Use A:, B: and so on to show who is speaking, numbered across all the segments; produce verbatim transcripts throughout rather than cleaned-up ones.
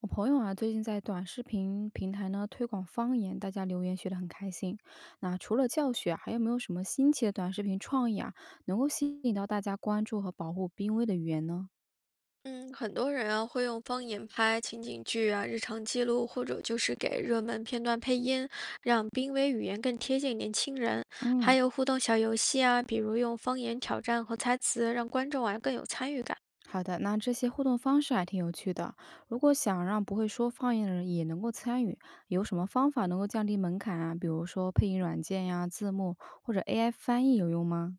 A: 我朋友啊，最近在短视频平台呢推广方言，大家留言学得很开心。那除了教学啊，还有没有什么新奇的短视频创意啊，能够吸引到大家关注和保护濒危的语言呢？
B: 嗯，很多人啊会用方言拍情景剧啊、日常记录，或者就是给热门片段配音，让濒危语言更贴近年轻人。还
A: 嗯，
B: 有互动小游戏啊，比如用方言挑战和猜词，让观众啊更有参与感。
A: 好的，那这些互动方式还挺有趣的。如果想让不会说方言的人也能够参与，有什么方法能够降低门槛啊？比如说配音软件呀、字幕或者 A I 翻译有用吗？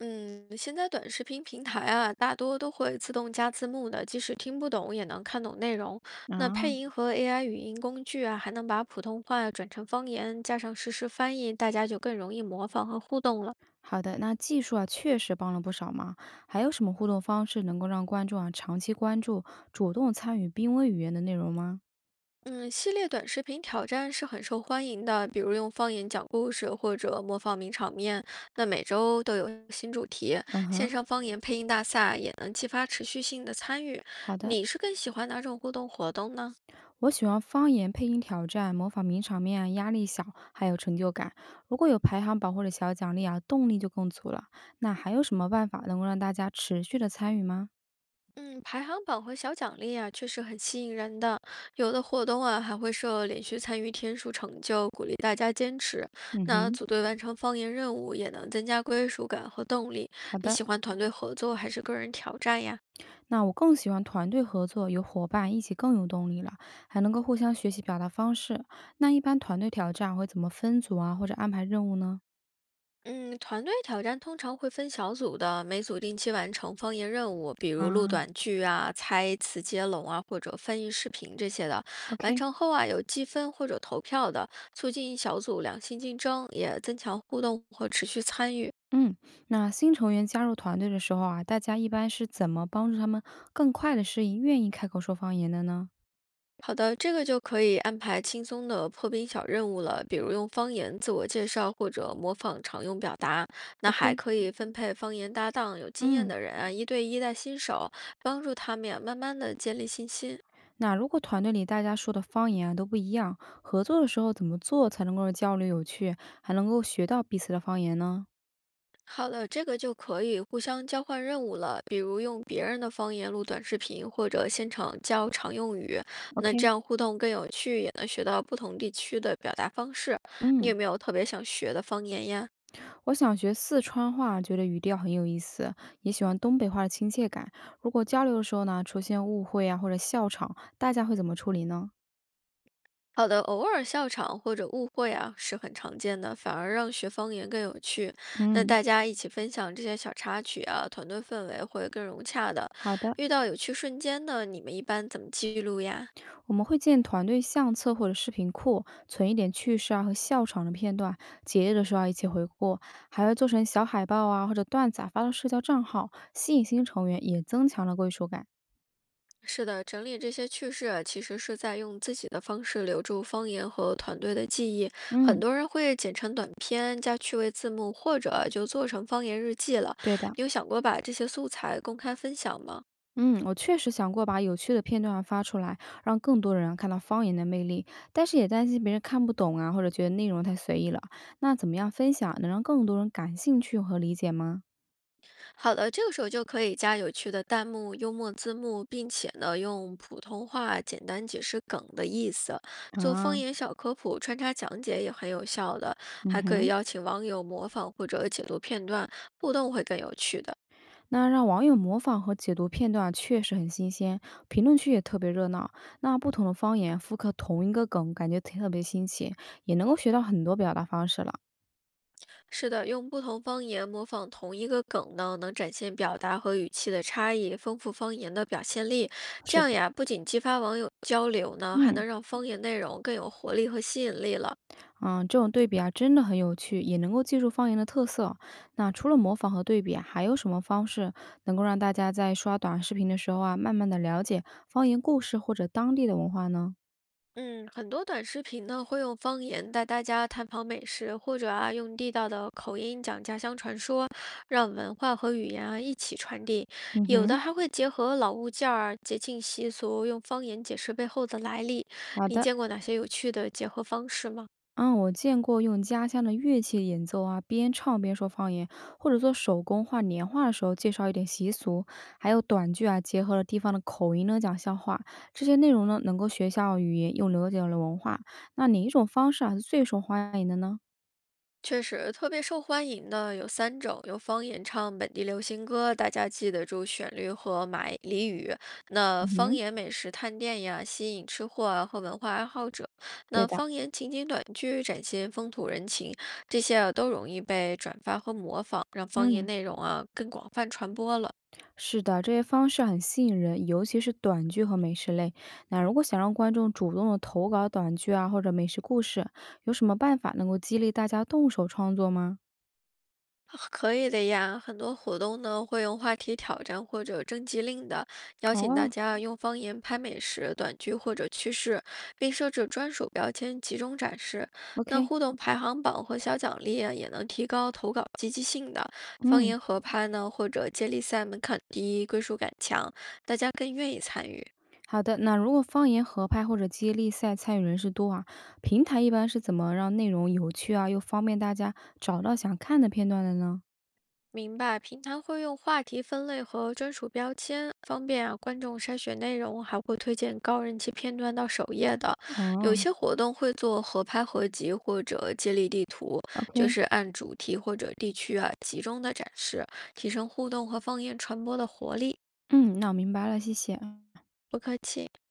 B: 嗯，现在短视频平台啊，大多都会自动加字幕的，即使听不懂也能看懂内容。那配
A: 啊。
B: 音和 A I 语音工具啊，还能把普通话转成方言，加上实时翻译，大家就更容易模仿和互动了。
A: 好的，那技术啊，确实帮了不少忙。还有什么互动方式能够让观众啊长期关注、主动参与濒危语言的内容吗？
B: 嗯，系列短视频挑战是很受欢迎的，比如用方言讲故事或者模仿名场面。那每周都有新主题，
A: 嗯
B: 线
A: 哼，
B: 上方言配音大赛也能激发持续性的参与。
A: 好的，
B: 你是更喜欢哪种互动活动呢？
A: 我喜欢方言配音挑战，模仿名场面啊压力小，还有成就感。如果有排行榜或者小奖励啊，动力就更足了。那还有什么办法能够让大家持续的参与吗？
B: 嗯，排行榜和小奖励啊，确实很吸引人的。有的活动啊，还会设连续参与天数成就，鼓励大家坚持。
A: 嗯
B: 那
A: 哼，
B: 组队完成方言任务，也能增加归属感和动力。
A: 好
B: 你
A: 的。
B: 喜欢团队合作还是个人挑战呀？
A: 那我更喜欢团队合作，有伙伴一起更有动力了，还能够互相学习表达方式。那一般团队挑战会怎么分组啊，或者安排任务呢？
B: 嗯，团队挑战通常会分小组的，每组定期完成方言任务，比如录
A: 啊
B: 短剧啊、猜词接龙啊，或者翻译视频这些的。完
A: ，OK，
B: 成后啊，有积分或者投票的，促进小组良性竞争，也增强互动和持续参与。
A: 嗯，那新成员加入团队的时候啊，大家一般是怎么帮助他们更快的适应、愿意开口说方言的呢？
B: 好的，这个就可以安排轻松的破冰小任务了，比如用方言自我介绍或者模仿常用表达。那还
A: OK，
B: 可以分配方言搭档，有经验
A: 嗯，
B: 的人啊，一对一带新手，帮助他们呀，慢慢的建立信心。
A: 那如果团队里大家说的方言啊都不一样，合作的时候怎么做才能够让交流有趣，还能够学到彼此的方言呢？
B: 好的，这个就可以互相交换任务了，比如用别人的方言录短视频，或者现场教常用语。那这
A: OK，
B: 样互动更有趣，也能学到不同地区的表达方式。你
A: 嗯。
B: 有没有特别想学的方言呀？
A: 我想学四川话，觉得语调很有意思，也喜欢东北话的亲切感。如果交流的时候呢，出现误会啊或者笑场，大家会怎么处理呢？
B: 好的，偶尔笑场或者误会啊是很常见的，反而让学方言更有趣。那
A: 嗯，
B: 大家一起分享这些小插曲啊，团队氛围会更融洽的。
A: 好的，
B: 遇到有趣瞬间呢，你们一般怎么记录呀？
A: 我们会建团队相册或者视频库，存一点趣事啊和笑场的片段，节日的时候啊一起回顾，还会做成小海报啊或者段子啊发到社交账号，吸引新成员，也增强了归属感。
B: 是的，整理这些趣事啊其实是在用自己的方式留住方言和团队的记忆。很
A: 嗯，
B: 多人会剪成短片加趣味字幕，或者啊就做成方言日记了。
A: 对的。
B: 你有想过把这些素材公开分享吗？
A: 嗯，我确实想过把有趣的片段发出来，让更多人看到方言的魅力，但是也担心别人看不懂啊，或者觉得内容太随意了。那怎么样分享能让更多人感兴趣和理解吗？
B: 好的，这个时候就可以加有趣的弹幕、幽默字幕，并且呢用普通话简单解释梗的意思，做
A: 啊，
B: 方言小科普穿插讲解也很有效的。
A: 嗯
B: 还可以
A: 哼，
B: 邀请网友模仿或者解读片段，互动会更有趣的。
A: 那让网友模仿和解读片段确实很新鲜，评论区也特别热闹。那不同的方言复刻同一个梗，感觉特别新奇，也能够学到很多表达方式了。
B: 是的，用不同方言模仿同一个梗呢，能展现表达和语气的差异，丰富方言的表现力。这
A: 是的，
B: 样呀，不仅激发网友交流呢，还
A: 嗯。
B: 能让方言内容更有活力和吸引力了。
A: 嗯，这种对比啊，真的很有趣，也能够记住方言的特色。那除了模仿和对比啊，还有什么方式能够让大家在刷短视频的时候啊，慢慢的了解方言故事或者当地的文化呢？
B: 嗯，很多短视频呢会用方言带大家探访美食，或者啊用地道的口音讲家乡传说，让文化和语言啊一起传递。
A: 嗯
B: 有的
A: 哼，
B: 还会结合老物件儿、节庆习俗，用方言解释背后的来历。
A: 好
B: 你
A: 的，
B: 见过哪些有趣的结合方式吗？
A: 嗯，我见过用家乡的乐器演奏啊，边唱边说方言，或者做手工画年画的时候介绍一点习俗，还有短剧啊，结合了地方的口音呢讲笑话，这些内容呢能够学校语言又了解了文化。那哪一种方式啊是最受欢迎的呢？
B: 确实，特别受欢迎的有三种：有方言唱本地流行歌，大家记得住旋律和买俚语；那
A: 嗯
B: 方
A: 哼。
B: 言美食探店呀，吸引吃货啊和文化爱好者；
A: 对
B: 那
A: 的，
B: 方言情景短剧展现风土人情，这些啊都容易被转发和模仿，让方言
A: 嗯，
B: 内容啊更广泛传播了。
A: 是的，这些方式很吸引人，尤其是短剧和美食类。那如果想让观众主动的投稿短剧啊，或者美食故事，有什么办法能够激励大家动手创作吗？
B: 哦可以的呀，很多活动呢会用话题挑战或者征集令的，邀请大
A: 哦
B: 家用方言拍美食、短剧或者趣事，并设置专属标签集中展示。那
A: ，OK，
B: 互动排行榜和小奖励啊，也能提高投稿积极性的。方
A: 嗯，
B: 言合拍呢，或者接力赛门槛低，归属感强，大家更愿意参与。
A: 好的。那如果方言合拍或者接力赛参与人士多啊，平台一般是怎么让内容有趣啊，又方便大家找到想看的片段的呢？
B: 明白，平台会用话题分类和专属标签，方便啊观众筛选内容，还会推荐高人气片段到首页的。有
A: 哦
B: 些活动会做合拍合集或者接力地图，就
A: ，OK，
B: 是按主题或者地区啊集中的展示，提升互动和方言传播的活力。
A: 嗯，那我明白了，谢谢。
B: 不客气。